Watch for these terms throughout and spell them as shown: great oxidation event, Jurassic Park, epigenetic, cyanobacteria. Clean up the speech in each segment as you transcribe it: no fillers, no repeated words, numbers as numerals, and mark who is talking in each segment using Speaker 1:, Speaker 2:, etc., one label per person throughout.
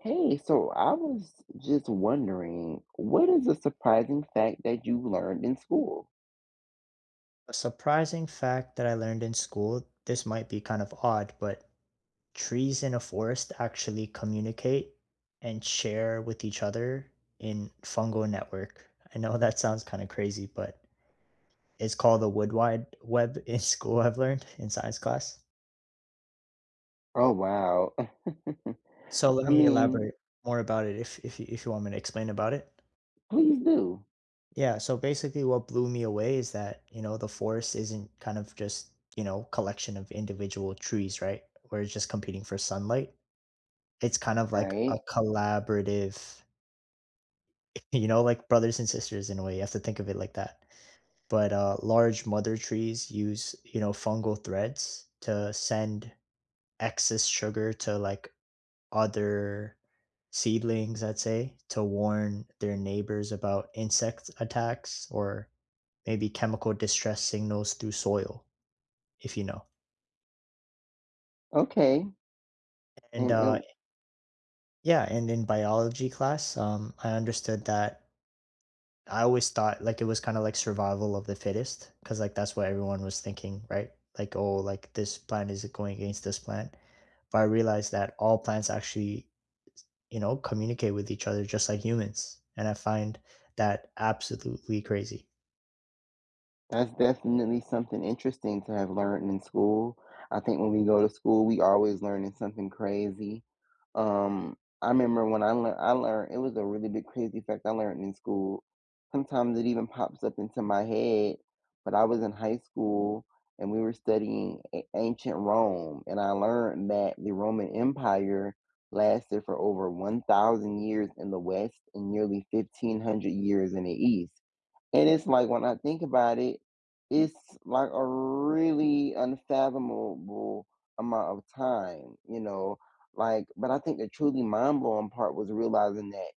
Speaker 1: Hey, so I was just wondering, what is a surprising fact that you learned in school?
Speaker 2: A surprising fact that I learned in school, this might be kind of odd, but trees in a forest actually communicate and share with each other in fungal network. I know that sounds kind of crazy, but it's called the wood wide web in school, I've learned in science class.
Speaker 1: Oh, wow.
Speaker 2: So let
Speaker 1: I
Speaker 2: me
Speaker 1: mean,
Speaker 2: elaborate more about it if you want me to explain about it.
Speaker 1: please do,
Speaker 2: Yeah, so basically what blew me away is that, you know, the forest isn't kind of just, you know, collection of individual trees, right? Where it's just competing for sunlight. It's kind of like a
Speaker 1: right?
Speaker 2: collaborative, you know, like brothers and sisters in a way, you have to think of it like that. But, large mother trees use, you know, fungal threads to send excess sugar to, like, other seedlings, I'd say, to warn their neighbors about insect attacks or maybe chemical distress signals through soil, if you know.
Speaker 1: Okay.
Speaker 2: And,
Speaker 1: And it,
Speaker 2: yeah, and in biology class, I understood that I always thought like it was kind of like survival of the fittest because like that's what everyone was thinking, right? Like, oh, like this plant is going against this plant. But I realized that all plants actually, you know, communicate with each other just like humans. And I find that absolutely crazy.
Speaker 1: that's definitely something interesting to have learned in school. I think when we go to school, we always learning something crazy. I remember when I learned it was a really big crazy fact I learned in school. Sometimes it even pops up into my head, but I was in high school and we were studying ancient Rome, and I learned that the Roman Empire lasted for over 1,000 years in the West and nearly 1,500 years in the East. And it's like when I think about it, it's like a really unfathomable amount of time, you know. Like, but I think the truly mind blowing part was realizing that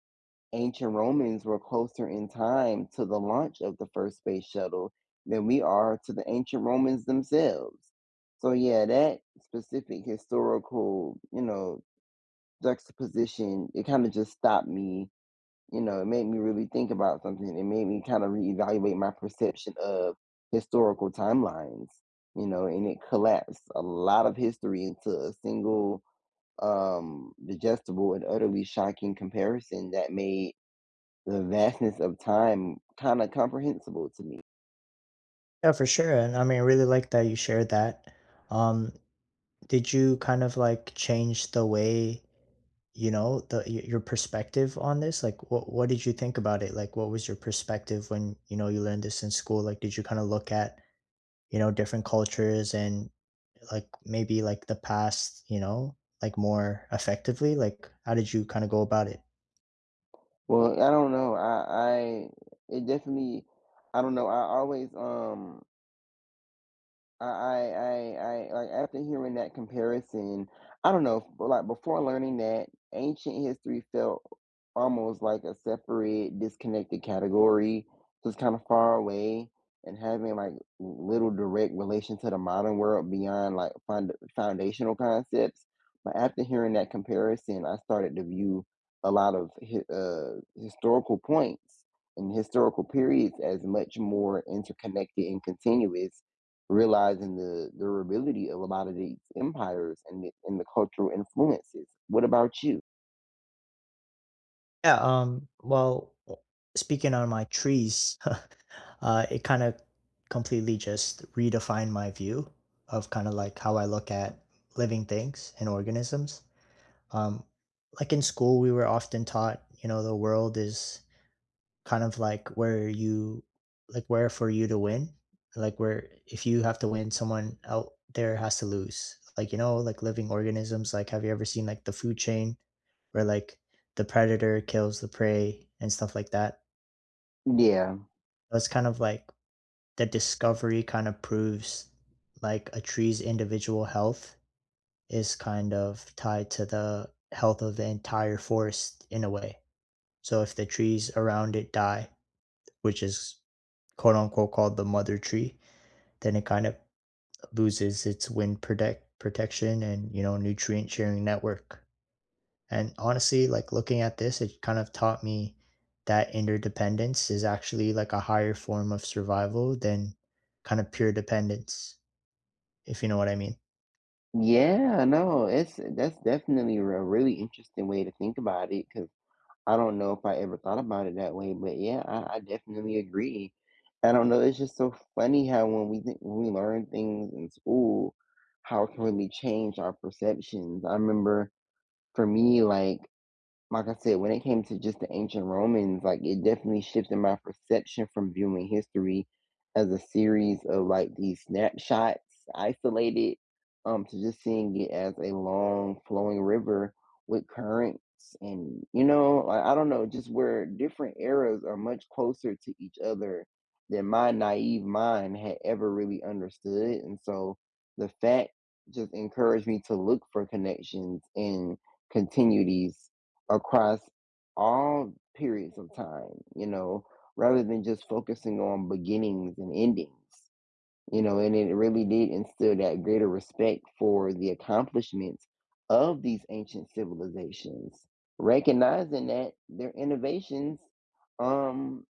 Speaker 1: ancient Romans were closer in time to the launch of the first space shuttle than we are to the ancient Romans themselves. So yeah, that specific historical, you know, juxtaposition, it kind of just stopped me, you know, it made me really think about something. It made me kind of reevaluate my perception of historical timelines, you know, and it collapsed a lot of history into a single digestible and utterly shocking comparison that made the vastness of time kind of comprehensible to me.
Speaker 2: Yeah, for sure. And I mean, I really like that you shared that. Um, did you kind of like change the way, you know, the your perspective on this? Like what did you think about it? Like what was your perspective when, you know, you learned this in school? Like did you kind of look at, you know, different cultures and like maybe like the past, you know, like more effectively? Like how did you kind of go about it?
Speaker 1: Well, I don't know. I it definitely, I don't know. I always I I like after hearing that comparison, I don't know, like before learning that, ancient history felt almost like a separate, disconnected category, just kind of far away, and having like little direct relation to the modern world beyond like fund foundational concepts. But after hearing that comparison, I started to view a lot of historical points and historical periods as much more interconnected and continuous realizing the durability of a lot of these empires and, the, and the cultural influences. What about you?
Speaker 2: Yeah, well speaking on my trees, it kind of completely just redefined my view of kind of like how I look at living things and organisms. Um, like in school, we were often taught, you know, the world is kind of like where you, like where for you to win, like where if you have to win, someone out there has to lose. Like, you know, like living organisms, like have you ever seen like the food chain where like the predator kills the prey and stuff like that?
Speaker 1: Yeah,
Speaker 2: It's kind of like the discovery kind of proves like a tree's individual health is kind of tied to the health of the entire forest in a way. So if the trees around it die, which is quote unquote called the mother tree, then it kind of loses its wind protection and, you know, nutrient sharing network. And honestly, like looking at this, it kind of taught me that interdependence is actually like a higher form of survival than kind of pure dependence, if you know what I mean.
Speaker 1: yeah, no, it's that's definitely a really interesting way to think about it because I don't know if I ever thought about it that way, but yeah, I definitely agree. I don't know, it's just so funny how when we learn things in school, how it can really change our perceptions. I remember for me, like I said, when it came to just the ancient Romans, like it definitely shifted my perception from viewing history as a series of like these snapshots isolated to just seeing it as a long flowing river with currents and you know like I don't know just where different eras are much closer to each other than my naive mind had ever really understood and so the fact just encouraged me to look for connections and continuities across all periods of time, you know, rather than just focusing on beginnings and endings, you know, and it really did instill that greater respect for the accomplishments of these ancient civilizations, recognizing that their innovations, um,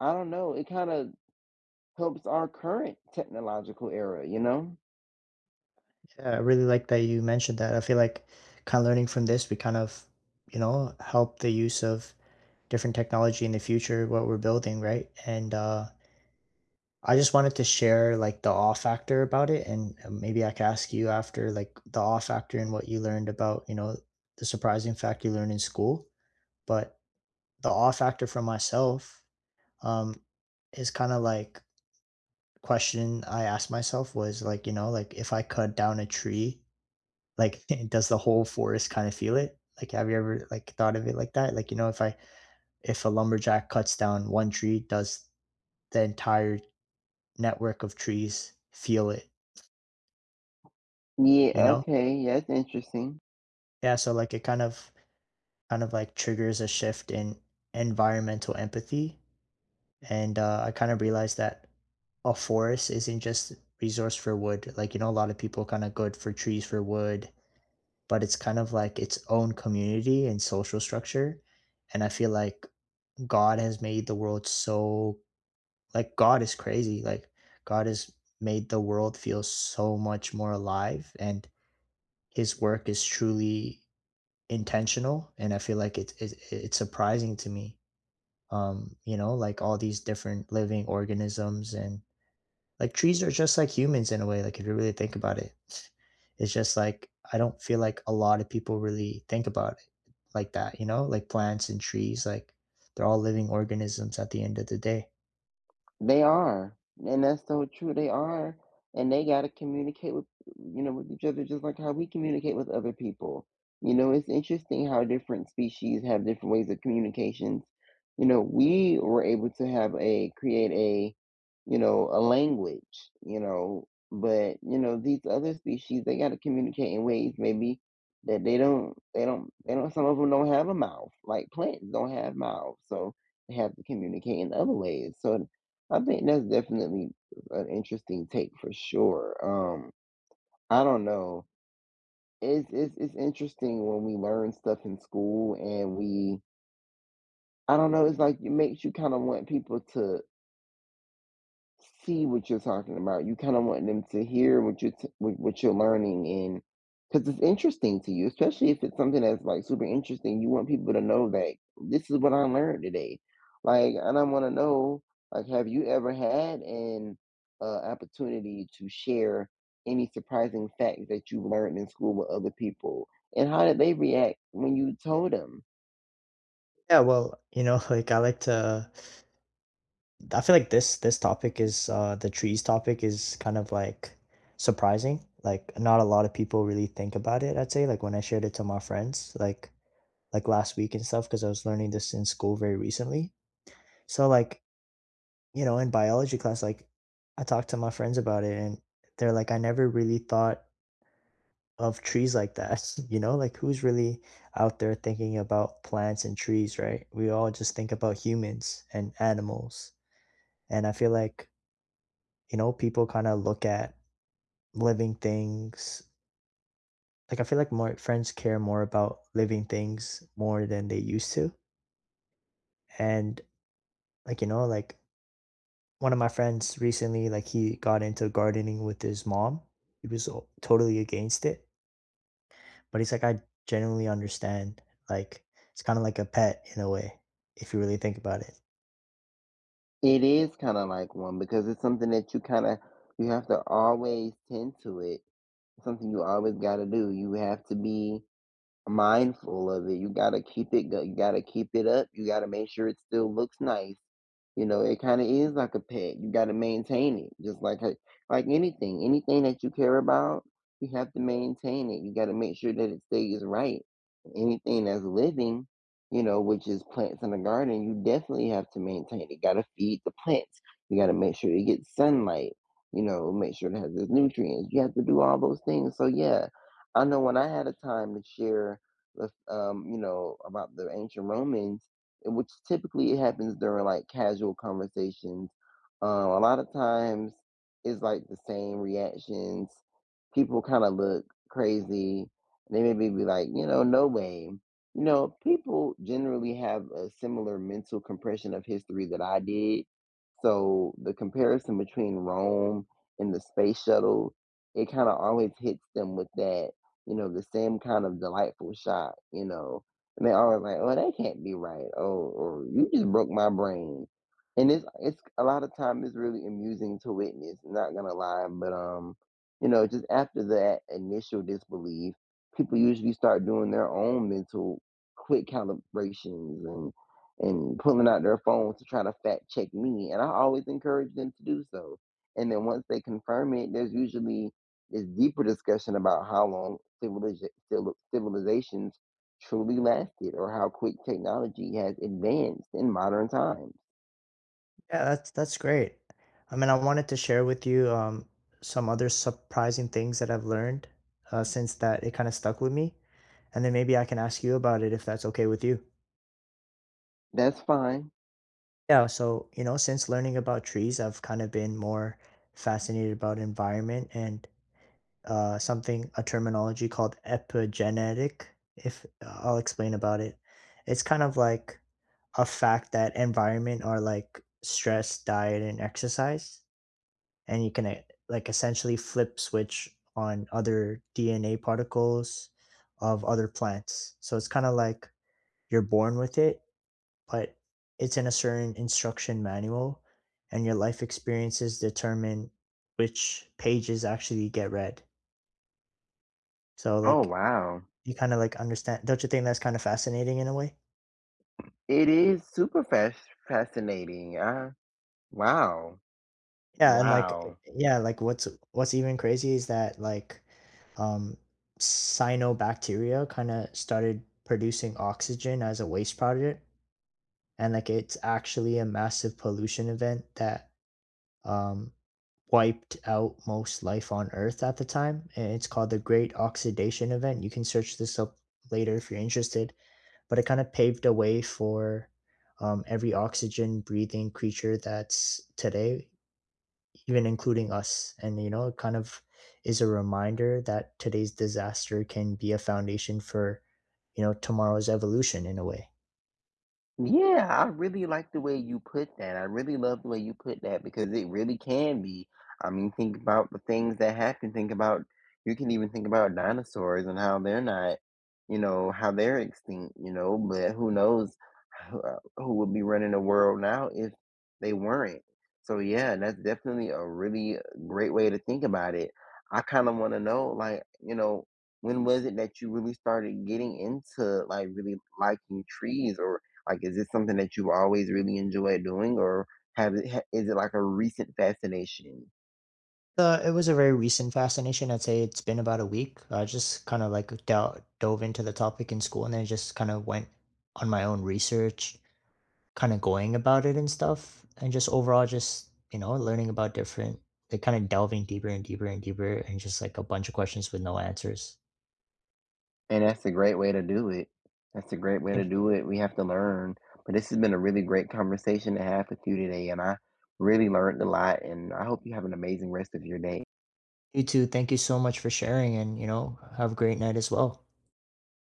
Speaker 1: I don't know, it kind of helps our current technological era, you know?
Speaker 2: Yeah, I really like that you mentioned that. I feel like kind of learning from this, we kind of, you know, help the use of different technology in the future, what we're building, right? And I just wanted to share like the awe factor about it, and maybe I could ask you after like the awe factor and what you learned about, you know, the surprising fact you learned in school. But the awe factor for myself, um, is kind of like question I asked myself was like, you know, like if I cut down a tree, like does the whole forest kind of feel it? Like, have you ever like thought of it like that? Like, you know, if a lumberjack cuts down one tree, does the entire network of trees feel it, you
Speaker 1: Yeah,
Speaker 2: know?
Speaker 1: okay, yeah, that's interesting.
Speaker 2: Yeah, so like it kind of like triggers a shift in environmental empathy. And I kind of realized that a forest isn't just resource for wood. Like, you know, a lot of people kind of good for trees for wood, but it's kind of like its own community and social structure. And I feel like God has made the world so, like, God is crazy. Like God has made the world feel so much more alive, and his work is truly intentional, and I feel like it's surprising to me. You know, like all these different living organisms, and like trees are just like humans in a way, like if you really think about it, it's just like, I don't feel like a lot of people really think about it like that, you know, like plants and trees, like they're all living organisms at the end of the day.
Speaker 1: They are, and that's so true. They are, and they gotta communicate with you know with each other just like how we communicate with other people. You know, it's interesting how different species have different ways of communications. You know, we were able to have a create a you know a language. You know, but you know these other species they gotta communicate in ways maybe that they don't some of them don't have a mouth like plants don't have mouths so they have to communicate in other ways so I think that's definitely an interesting take for sure. I don't know. It's interesting when we learn stuff in school and we I don't know, it's like it makes you kind of want people to see what you're talking about. You kind of want them to hear what you what you're learning and because it's interesting to you, especially if it's something that's like super interesting. You want people to know that this is what I learned today. Like, and I want to know, like, have you ever had an opportunity to share any surprising facts that you learned in school with other people, and how did they react when you told them?
Speaker 2: Yeah, well, you know, like I like to, I feel like this topic is the trees topic is kind of like surprising. Like not a lot of people really think about it, I'd say. Like when I shared it to my friends, like last week and stuff, because I was learning this in school very recently. So like, you know, in biology class, like I talked to my friends about it, and they're like, I never really thought of trees like that. You know, like who's really out there thinking about plants and trees, right? We all just think about humans and animals. And I feel like, you know, people kind of look at living things. Like I feel like more friends care more about living things more than they used to. And like, you know, like one of my friends recently, like he got into gardening with his mom. He was totally against it, but he's like, I genuinely understand. Like, it's kind of like a pet in a way, if you really think about it.
Speaker 1: It is kind of like one because it's something that you kind of you have to always tend to it, something you always got to do. You have to be mindful of it. You gotta keep it up. You gotta make sure it still looks nice. You know, it kinda is like a pet. You gotta maintain it. Just like like anything. Anything that you care about, you have to maintain it. You gotta make sure that it stays right. Anything that's living, you know, which is plants in the garden, you definitely have to maintain it. You gotta feed the plants. You gotta make sure it gets sunlight, you know, make sure it has its nutrients. You have to do all those things. So yeah, I know when I had a time to share the you know, about the ancient Romans, and which typically it happens during like casual conversations. A lot of times it's like the same reactions. People kind of look crazy. They maybe be like, you know, no way. You know, people generally have a similar mental compression of history that I did. So the comparison between Rome and the space shuttle, it kind of always hits them with that, you know, the same kind of delightful shot, you know, and they always like, "Oh, that can't be right," oh, or "You just broke my brain," and it's a lot of time it's really amusing to witness. Not gonna lie, but you know, just after that initial disbelief, people usually start doing their own mental quick calibrations and pulling out their phones to try to fact check me, and I always encourage them to do so. And then once they confirm it, there's usually there's deeper discussion about how long civilization, civilizations truly lasted or how quick technology has advanced in modern times.
Speaker 2: Yeah, that's great. I mean, I wanted to share with you some other surprising things that I've learned since, that it kind of stuck with me, and then maybe I can ask you about it if that's okay with you.
Speaker 1: That's fine.
Speaker 2: Yeah, so you know, since learning about trees, I've kind of been more fascinated about environment and something, a terminology called epigenetic. If I'll explain about it, it's kind of like a fact that environment are like stress, diet, and exercise, and you can like essentially flip switch on other DNA particles of other plants. So it's kind of like you're born with it, but it's in a certain instruction manual, and your life experiences determine which pages actually get read. So
Speaker 1: Oh,
Speaker 2: like
Speaker 1: wow.
Speaker 2: you kind of like understand, don't you think that's kind of fascinating in a way?
Speaker 1: It is super fascinating. Wow.
Speaker 2: Yeah, and like
Speaker 1: Wow.
Speaker 2: yeah, like what's even crazy is that like um cyanobacteria kind of started producing oxygen as a waste product, and like it's actually a massive pollution event that um wiped out most life on earth at the time, and it's called the great oxidation event. You can search this up later if you're interested, but it kind of paved the way for, every oxygen breathing creature that's today, even including us. And, you know, it kind of is a reminder that today's disaster can be a foundation for, you know, tomorrow's evolution in a way.
Speaker 1: Yeah, I really like the way you put that. I really love the way you put that because it really can be. I mean, think about the things that happen. Think about, you can even think about dinosaurs and how they're not, you know, how they're extinct, you know, but who knows who would be running the world now if they weren't. So, yeah, that's definitely a really great way to think about it. I kind of want to know, like, you know, when was it that you really started getting into like really liking trees or like, is this something that you've always really enjoyed doing, or is it like a recent fascination?
Speaker 2: It was a very recent fascination. I'd say it's been about a week. I just kind of like dove into the topic in school and then just kind of went on my own research, kind of going about it and stuff. And just overall, just, you know, learning about different, like kind of delving deeper and deeper and deeper, and just like a bunch of questions with no answers.
Speaker 1: And that's a great way to do it. That's a great way to do it. We have to learn. But this has been a really great conversation to have with you today, and I really learned a lot. And I hope you have an amazing rest of your day.
Speaker 2: You too. Thank you so much for sharing, and, you know, have a great night as well.